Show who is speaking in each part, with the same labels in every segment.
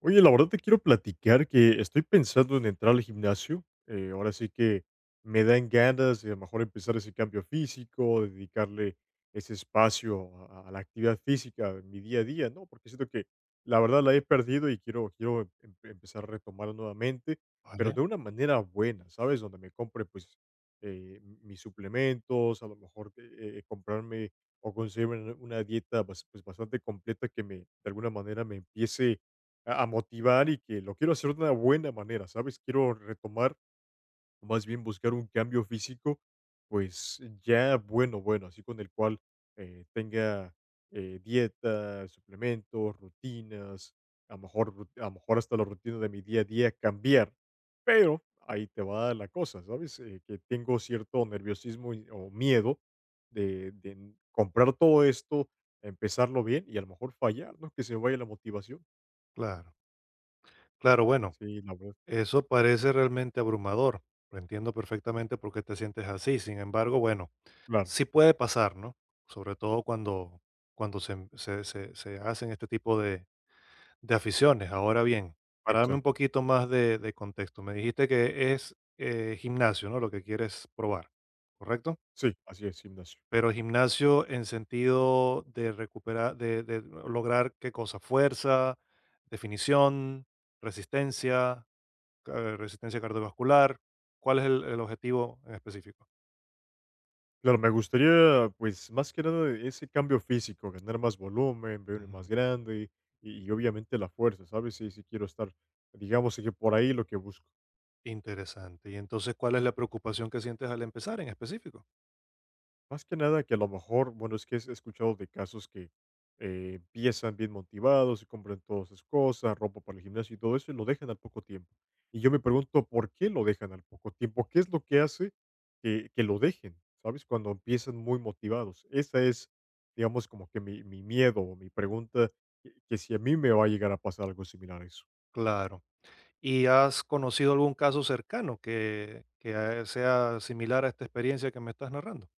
Speaker 1: Oye, la verdad te quiero platicar que estoy pensando en entrar al gimnasio. Ahora sí que me dan ganas de a lo mejor empezar ese cambio físico, dedicarle ese espacio a la actividad física en mi día a día, ¿no? Porque siento que la verdad la he perdido y quiero empezar a retomarla nuevamente, pero
Speaker 2: Vale,
Speaker 1: de una manera buena, ¿sabes? Donde me compre, pues, mis suplementos, a lo mejor comprarme o conseguirme una pues, bastante completa que me, de alguna manera, me empiece a motivar, y que lo quiero hacer de una buena manera, ¿sabes? Quiero retomar, o más bien buscar un cambio físico, pues ya, bueno, bueno, así con el cual tenga dieta, suplementos, rutinas, a lo mejor, a lo mejor hasta la rutina de mi día a día cambiar. Pero ahí te va la cosa, ¿sabes? Que tengo cierto nerviosismo o miedo de comprar todo esto, empezarlo bien, y a lo mejor fallar, ¿no? Que se vaya la motivación.
Speaker 2: claro. Claro, bueno,
Speaker 1: Sí, la.
Speaker 2: eso parece realmente abrumador. Lo entiendo perfectamente por qué te sientes así. Sin embargo, bueno,
Speaker 1: Claro,
Speaker 2: sí puede pasar, ¿no? Sobre todo cuando, cuando se hacen este tipo de aficiones. Ahora bien, para darme un
Speaker 1: exacto.
Speaker 2: poquito más de contexto, me dijiste que es gimnasio, ¿no? Lo que quieres probar, ¿correcto?
Speaker 1: Sí, así es, gimnasio.
Speaker 2: Pero gimnasio en sentido de recuperar, de lograr qué cosa, fuerza, definición, resistencia. Resistencia cardiovascular. ¿Cuál es el objetivo en específico?
Speaker 1: Claro, me gustaría, pues, más que nada ese cambio físico, ganar más volumen, verme más
Speaker 2: Ujú.
Speaker 1: grande y obviamente la fuerza, ¿sabes? Sí, sí quiero estar, digamos que por ahí lo que busco.
Speaker 2: Interesante. ¿Y entonces cuál es la preocupación que sientes al empezar en específico?
Speaker 1: Más que nada que a lo mejor, bueno, es que he escuchado de casos que empiezan bien motivados y compran todas sus cosas, ropa para el gimnasio y todo eso, y lo dejan al poco tiempo. Y yo me pregunto, ¿por qué lo dejan al poco tiempo? ¿Qué es lo que hace que lo dejen? ¿Sabes? Cuando empiezan muy motivados. Esa es, digamos, como que mi miedo o mi pregunta, que si a mí me va a llegar a pasar algo similar a eso.
Speaker 2: Claro. ¿Y has conocido algún caso cercano que sea similar a esta experiencia que me estás narrando?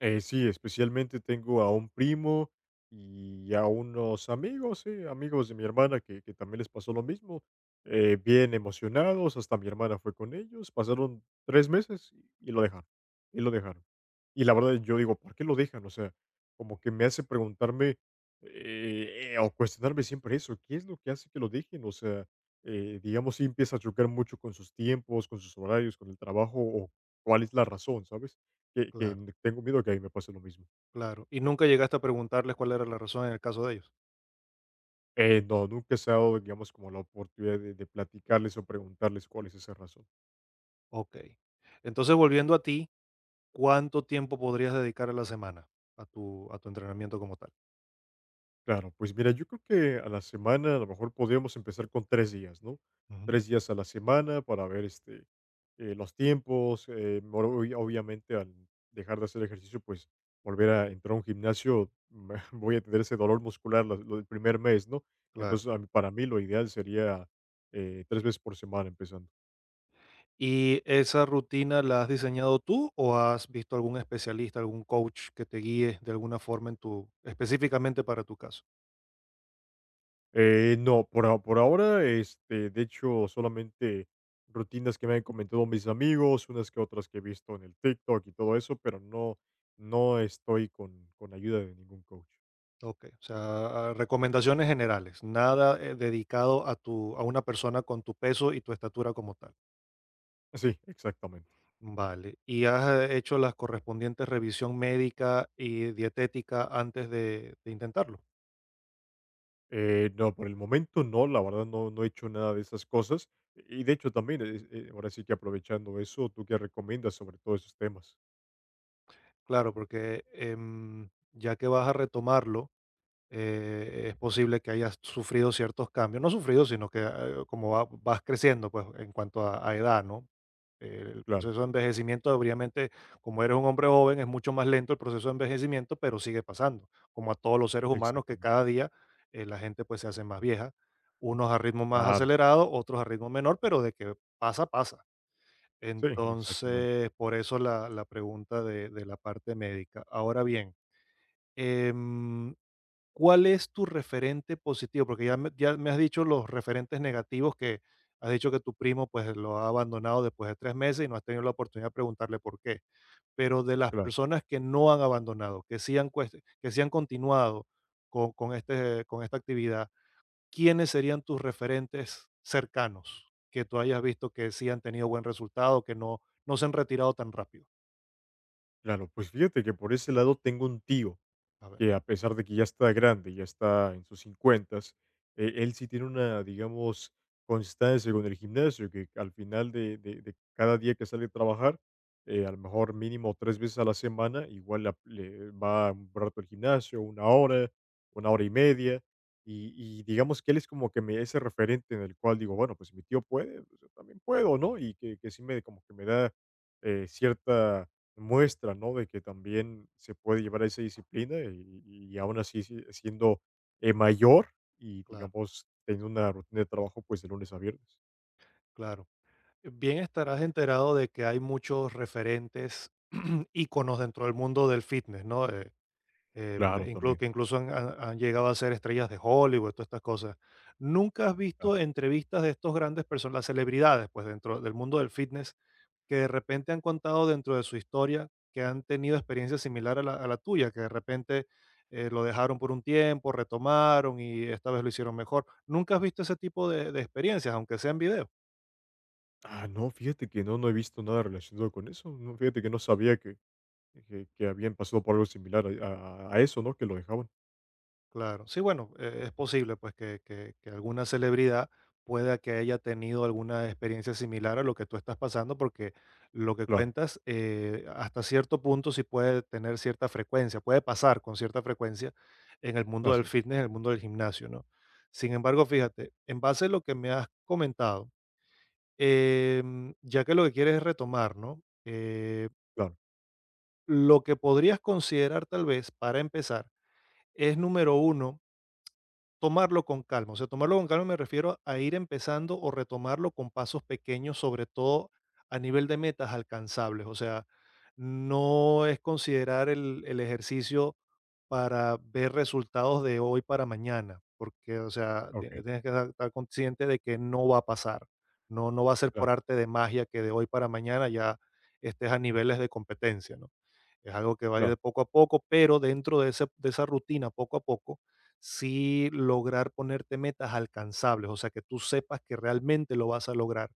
Speaker 1: Sí, especialmente tengo a un primo y a unos amigos, sí, amigos de mi hermana que también les pasó lo mismo. Bien emocionados, hasta mi hermana fue con ellos. Pasaron 3 meses y lo dejaron. Y lo dejaron. Y la verdad, yo digo, ¿por qué lo dejan? O sea, como que me hace preguntarme o cuestionarme siempre eso. ¿Qué es lo que hace que lo dejen? O sea, digamos, si empieza a chocar mucho con sus tiempos, con sus horarios, con el trabajo, o cuál es la razón, ¿sabes? Que
Speaker 2: Claro,
Speaker 1: n tengo miedo que a mí me pase lo mismo.
Speaker 2: claro. ¿Y nunca llegaste a preguntarles cuál era la razón en el caso de ellos?
Speaker 1: No, nunca se ha dado, digamos, como la oportunidad de platicarles o preguntarles cuál es esa razón.
Speaker 2: Ok. Entonces, volviendo a ti, ¿cuánto tiempo podrías dedicar a la semana a tu entrenamiento como tal?
Speaker 1: Claro, pues mira, yo creo que a la semana a lo mejor podríamos empezar con 3 días, ¿no?
Speaker 2: Ujú.
Speaker 1: 3 días a la semana para ver, este, los tiempos, mor obvia obviamente al dejar de hacer ejercicio, pues, volver a entrar a un gimnasio, voy a tener ese dolor muscular lo del primer mes, ¿no?
Speaker 2: Claro.
Speaker 1: Entonces, a mí para mí lo ideal sería 3 veces por semana empezando.
Speaker 2: ¿Y esa rutina la has diseñado tú o has visto algún especialista, algún coach que te guíe de alguna forma en tu, específicamente para tu caso?
Speaker 1: No, por ahora, este, de hecho, solamente rutinas que me han comentado mis amigos, unas que otras que he visto en el TikTok y todo eso. Pero no, no estoy con ayuda de ningún coach.
Speaker 2: Ok, o sea, a- recomendaciones generales, nada dedicado a tu, a una persona con tu peso y tu estatura como tal.
Speaker 1: Sí, exactamente.
Speaker 2: Vale. ¿Y has hecho la correspondiente revisión médica y dietética antes de intentarlo?
Speaker 1: No, por el momento no, la verdad no, no he hecho nada de esas cosas. Y de hecho también, ahora sí que, aprovechando eso, ¿tú qué recomiendas sobre todos esos temas?
Speaker 2: Claro, porque ya que vas a retomarlo es posible que hayas sufrido ciertos cambios, no sufrido, sino que como va- vas creciendo, pues en cuanto a edad, ¿no? El
Speaker 1: Claro,
Speaker 2: proceso de envejecimiento, obviamente, como eres un hombre joven, es mucho más lento el proceso de envejecimiento, pero sigue pasando, como a todos los seres humanos, que
Speaker 1: exactamente.
Speaker 2: cada día la gente pues se hace más vieja, unos a ritmo más
Speaker 1: Claro,
Speaker 2: acelerado, otros a ritmo menor, pero de que pasa, pasa.
Speaker 1: sí, exactamente.
Speaker 2: Entonces, por eso la, la pregunta de la parte médica. Ahora bien, em, ¿cuál es tu referente positivo? Porque ya me has dicho los referentes negativos que has dicho que tu primo pues lo ha abandonado después de tres meses y no has tenido la oportunidad de preguntarle por qué. Pero de las
Speaker 1: Claro,
Speaker 2: personas que no han abandonado, que sí han, cuest- que sí han continuado con este, con esta actividad, ¿quiénes serían tus referentes cercanos que tú hayas visto que sí han tenido buen resultado, que no, no se han retirado tan rápido?
Speaker 1: claro. Pues fíjate que por ese lado tengo un tío
Speaker 2: A ver,
Speaker 1: que, a pesar de que ya está grande, ya está en sus 50, él sí tiene una, digamos, constancia con el gimnasio, que al final de cada día que sale a trabajar, a lo mejor mínimo 3 veces a la semana, igual le va un rato al gimnasio, 1 hora, 1 hora y media, y, y digamos que él es como que me, ese referente en el cual digo, bueno, pues si mi tío puede, pues yo también puedo, ¿no? Y que sí me, como que me da cierta muestra, ¿no? De que también se puede llevar esa disciplina y aún así siendo mayor y,
Speaker 2: claro,
Speaker 1: digamos, teniendo una rutina de trabajo, pues de lunes a viernes.
Speaker 2: claro. Bien estarás enterado de que hay muchos referentes íconos dentro del mundo del fitness, ¿no?
Speaker 1: Claro,
Speaker 2: Inclu-
Speaker 1: también.
Speaker 2: que incluso han, han- han llegado a ser estrellas de Hollywood, todas estas cosas. ¿Nunca has
Speaker 1: Claro.
Speaker 2: visto entrevistas de estos grandes personas, las celebridades, pues dentro del mundo del fitness, que de repente han contado dentro de su historia que han tenido experiencia similar a la tuya, que de repente lo dejaron por un tiempo, retomaron y esta vez lo hicieron mejor? ¿Nunca has visto ese tipo de experiencias, aunque sea en video?
Speaker 1: Ah, no, fíjate que no, no he visto nada relacionado con eso. No, fíjate que no sabía que habían pasado por algo similar a eso, ¿no? Que lo dejaban.
Speaker 2: Claro, sí, bueno, es posible pues que alguna celebridad pueda que haya tenido alguna experiencia similar a lo que tú estás pasando, porque lo que
Speaker 1: Claro,
Speaker 2: cuentas hasta cierto punto sí puede tener cierta frecuencia, puede pasar con cierta frecuencia en el mundo del
Speaker 1: así es.
Speaker 2: fitness, en el mundo del gimnasio, ¿no? Sin embargo, fíjate, en base a lo que me has comentado, ya que lo que quieres es retomar, ¿no?
Speaker 1: Claro,
Speaker 2: Lo que podrías considerar tal vez para empezar es número uno. Tomarlo con calma, o sea, tomarlo con calma me refiero a ir empezando o retomarlo con pasos pequeños, sobre todo a nivel de metas alcanzables. O sea, no es considerar el ejercicio para ver resultados de hoy para mañana, porque, o sea, ti-
Speaker 1: ok,
Speaker 2: tienes que estar consciente de que no va a pasar. No, no va a ser por
Speaker 1: claro,
Speaker 2: arte de magia que de hoy para mañana ya estés a niveles de competencia, ¿no? Es algo que va a ir de
Speaker 1: claro,
Speaker 2: poco a poco, pero dentro de, ese- de esa rutina, poco a poco, sí lograr ponerte metas alcanzables, o sea, que tú sepas que realmente lo vas a lograr.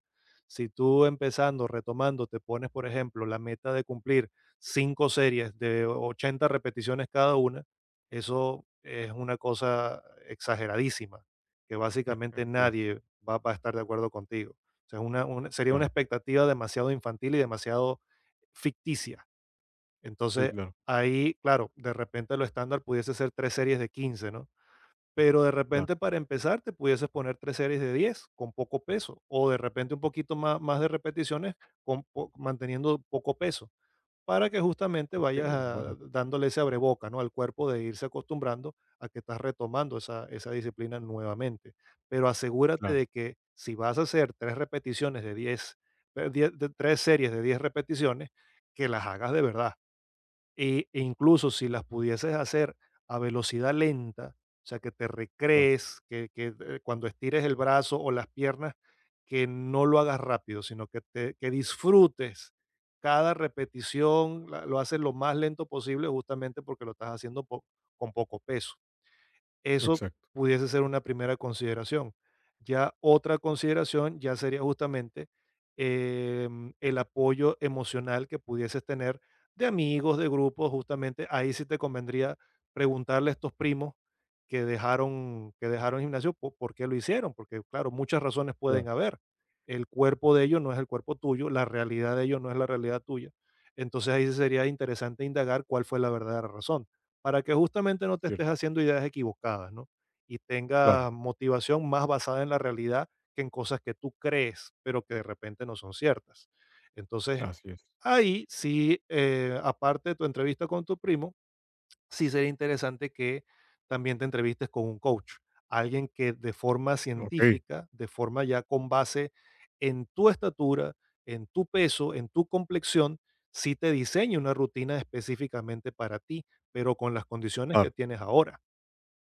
Speaker 2: Si tú empezando, retomando, te pones, por ejemplo, la meta de cumplir cinco series de 80 repeticiones cada una, eso es una cosa exageradísima, que básicamente
Speaker 1: así es.
Speaker 2: nadie va a estar de acuerdo contigo. O sea, es una- sería una
Speaker 1: Claro,
Speaker 2: expectativa demasiado infantil y demasiado ficticia.
Speaker 1: sí,
Speaker 2: Entonces,
Speaker 1: claro,
Speaker 2: ahí, claro, de repente lo estándar pudiese ser tres series de quince, ¿no? Pero de
Speaker 1: claro.
Speaker 2: repente para empezar te pudieses poner 3 series de 10 con poco peso, o de repente un poquito más más de repeticiones con po manteniendo poco peso, para que justamente
Speaker 1: Ok,
Speaker 2: vayas a
Speaker 1: bueno,
Speaker 2: dándole ese abreboca, ¿no?, al cuerpo de irse acostumbrando a que estás retomando esa disciplina nuevamente. Pero asegúrate
Speaker 1: claro,
Speaker 2: de que si vas a hacer 3 repeticiones de 10 10 de 3 series de 10 repeticiones, que las hagas de verdad. E, e incluso si las pudieses hacer a velocidad lenta, o sea, que te
Speaker 1: claro,
Speaker 2: recrees, que, cuando estires el brazo o las piernas, que no lo hagas rápido, sino que, te, que disfrutes cada repetición, la- lo haces lo más lento posible justamente porque lo estás haciendo po- con poco peso. Eso
Speaker 1: exacto.
Speaker 2: pudiese ser una primera consideración. Ya otra consideración ya sería justamente el apoyo emocional que pudieses tener de amigos, de grupos, justamente ahí sí te convendría preguntarle a estos primos que dejaron gimnasio po- por, qué lo hicieron, porque claro, muchas razones
Speaker 1: Claro,
Speaker 2: pueden haber. El cuerpo de ellos no es el cuerpo tuyo, la realidad de ellos no es la realidad tuya. Entonces ahí sí sería interesante indagar cuál fue la verdadera razón para que justamente no
Speaker 1: es
Speaker 2: te estés
Speaker 1: cierto,
Speaker 2: haciendo ideas equivocadas, ¿no? Y
Speaker 1: claro,
Speaker 2: tengas motivación más basada en la realidad que en cosas que tú crees, pero que de repente no son ciertas. Entonces,
Speaker 1: así es.
Speaker 2: ahí sí, aparte de tu entrevista con tu primo, sí sería interesante que también te entrevistes con un coach, alguien que de forma
Speaker 1: Ok,
Speaker 2: científica, de forma ya con base en tu estatura, en tu peso, en tu complexión, sí te diseñe una rutina específicamente para ti, pero con las condiciones que
Speaker 1: claro.
Speaker 2: tienes ahora.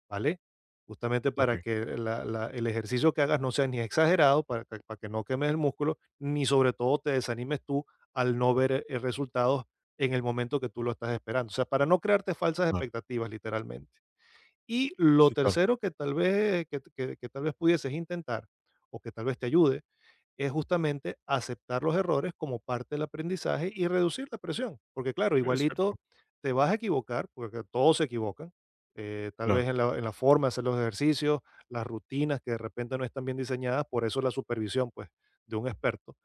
Speaker 2: ¿Vale? Justamente para
Speaker 1: Okey,
Speaker 2: que la la el ejercicio que hagas no sea ni exagerado, para que no quemes el músculo, ni sobre todo te desanimes tú al no ver, resultados en el momento que tú lo estás esperando. O sea, para no crearte falsas
Speaker 1: claro.
Speaker 2: expectativas, literalmente. Y lo
Speaker 1: Sí, claro.
Speaker 2: tercero que tal vez pudieses intentar, o que tal vez te ayude es justamente aceptar los errores como parte del aprendizaje y reducir la presión, porque claro,
Speaker 1: Es cierto,
Speaker 2: igualito te vas a equivocar, porque todos se equivocan, tal vez
Speaker 1: claro.
Speaker 2: en la forma de hacer los ejercicios, las rutinas que de repente no están bien diseñadas, por eso la supervisión pues, de un experto.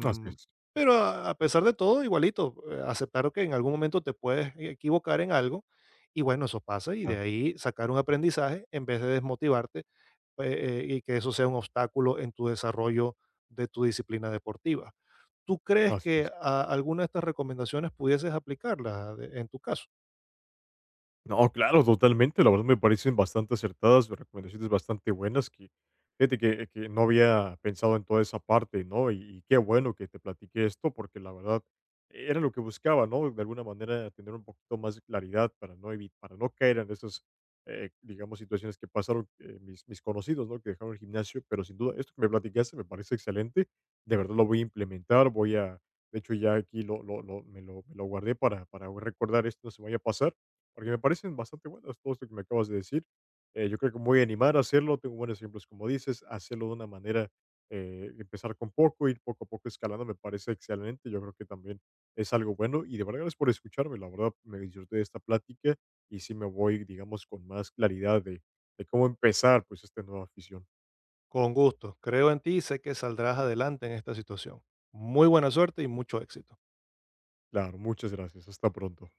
Speaker 1: Así es,
Speaker 2: pero a pesar de todo, igualito, aceptar que en algún momento te puedes equivocar en algo y bueno, eso pasa y de
Speaker 1: claro,
Speaker 2: ahí sacar un aprendizaje en vez de desmotivarte y que eso sea un obstáculo en tu desarrollo de tu disciplina deportiva. ¿Tú crees
Speaker 1: así
Speaker 2: que
Speaker 1: es.
Speaker 2: a- alguna de estas recomendaciones pudieses aplicarlas de- en tu caso?
Speaker 1: No, claro, totalmente. La verdad me parecen bastante acertadas, recomendaciones bastante buenas que, fíjate, que no había pensado en toda esa parte, ¿no? Y qué bueno que te platiqué esto, porque la verdad era lo que buscaba, ¿no? De alguna manera tener un poquito más de claridad para no para no caer en esas, digamos, situaciones que pasaron mis, mis conocidos, ¿no? Que dejaron el gimnasio. Pero sin duda, esto que me platicaste me parece excelente. De verdad lo voy a implementar, voy a, de hecho ya aquí me lo guardé para recordar esto, no se me vaya a pasar, porque me parecen bastante buenas todo esto que me acabas de decir. Yo creo que me voy a animar a hacerlo. Tengo buenos ejemplos, como dices, hacerlo de una manera, empezar con poco, ir poco a poco escalando, me parece excelente. Yo creo que también es algo bueno. Y de verdad, gracias por escucharme. La verdad, me disfruté de esta plática y sí me voy, digamos, con más claridad de cómo empezar, pues, esta nueva afición.
Speaker 2: Con gusto. Creo en ti y sé que saldrás adelante en esta situación. Muy buena suerte y mucho éxito.
Speaker 1: Claro, muchas gracias. Hasta pronto.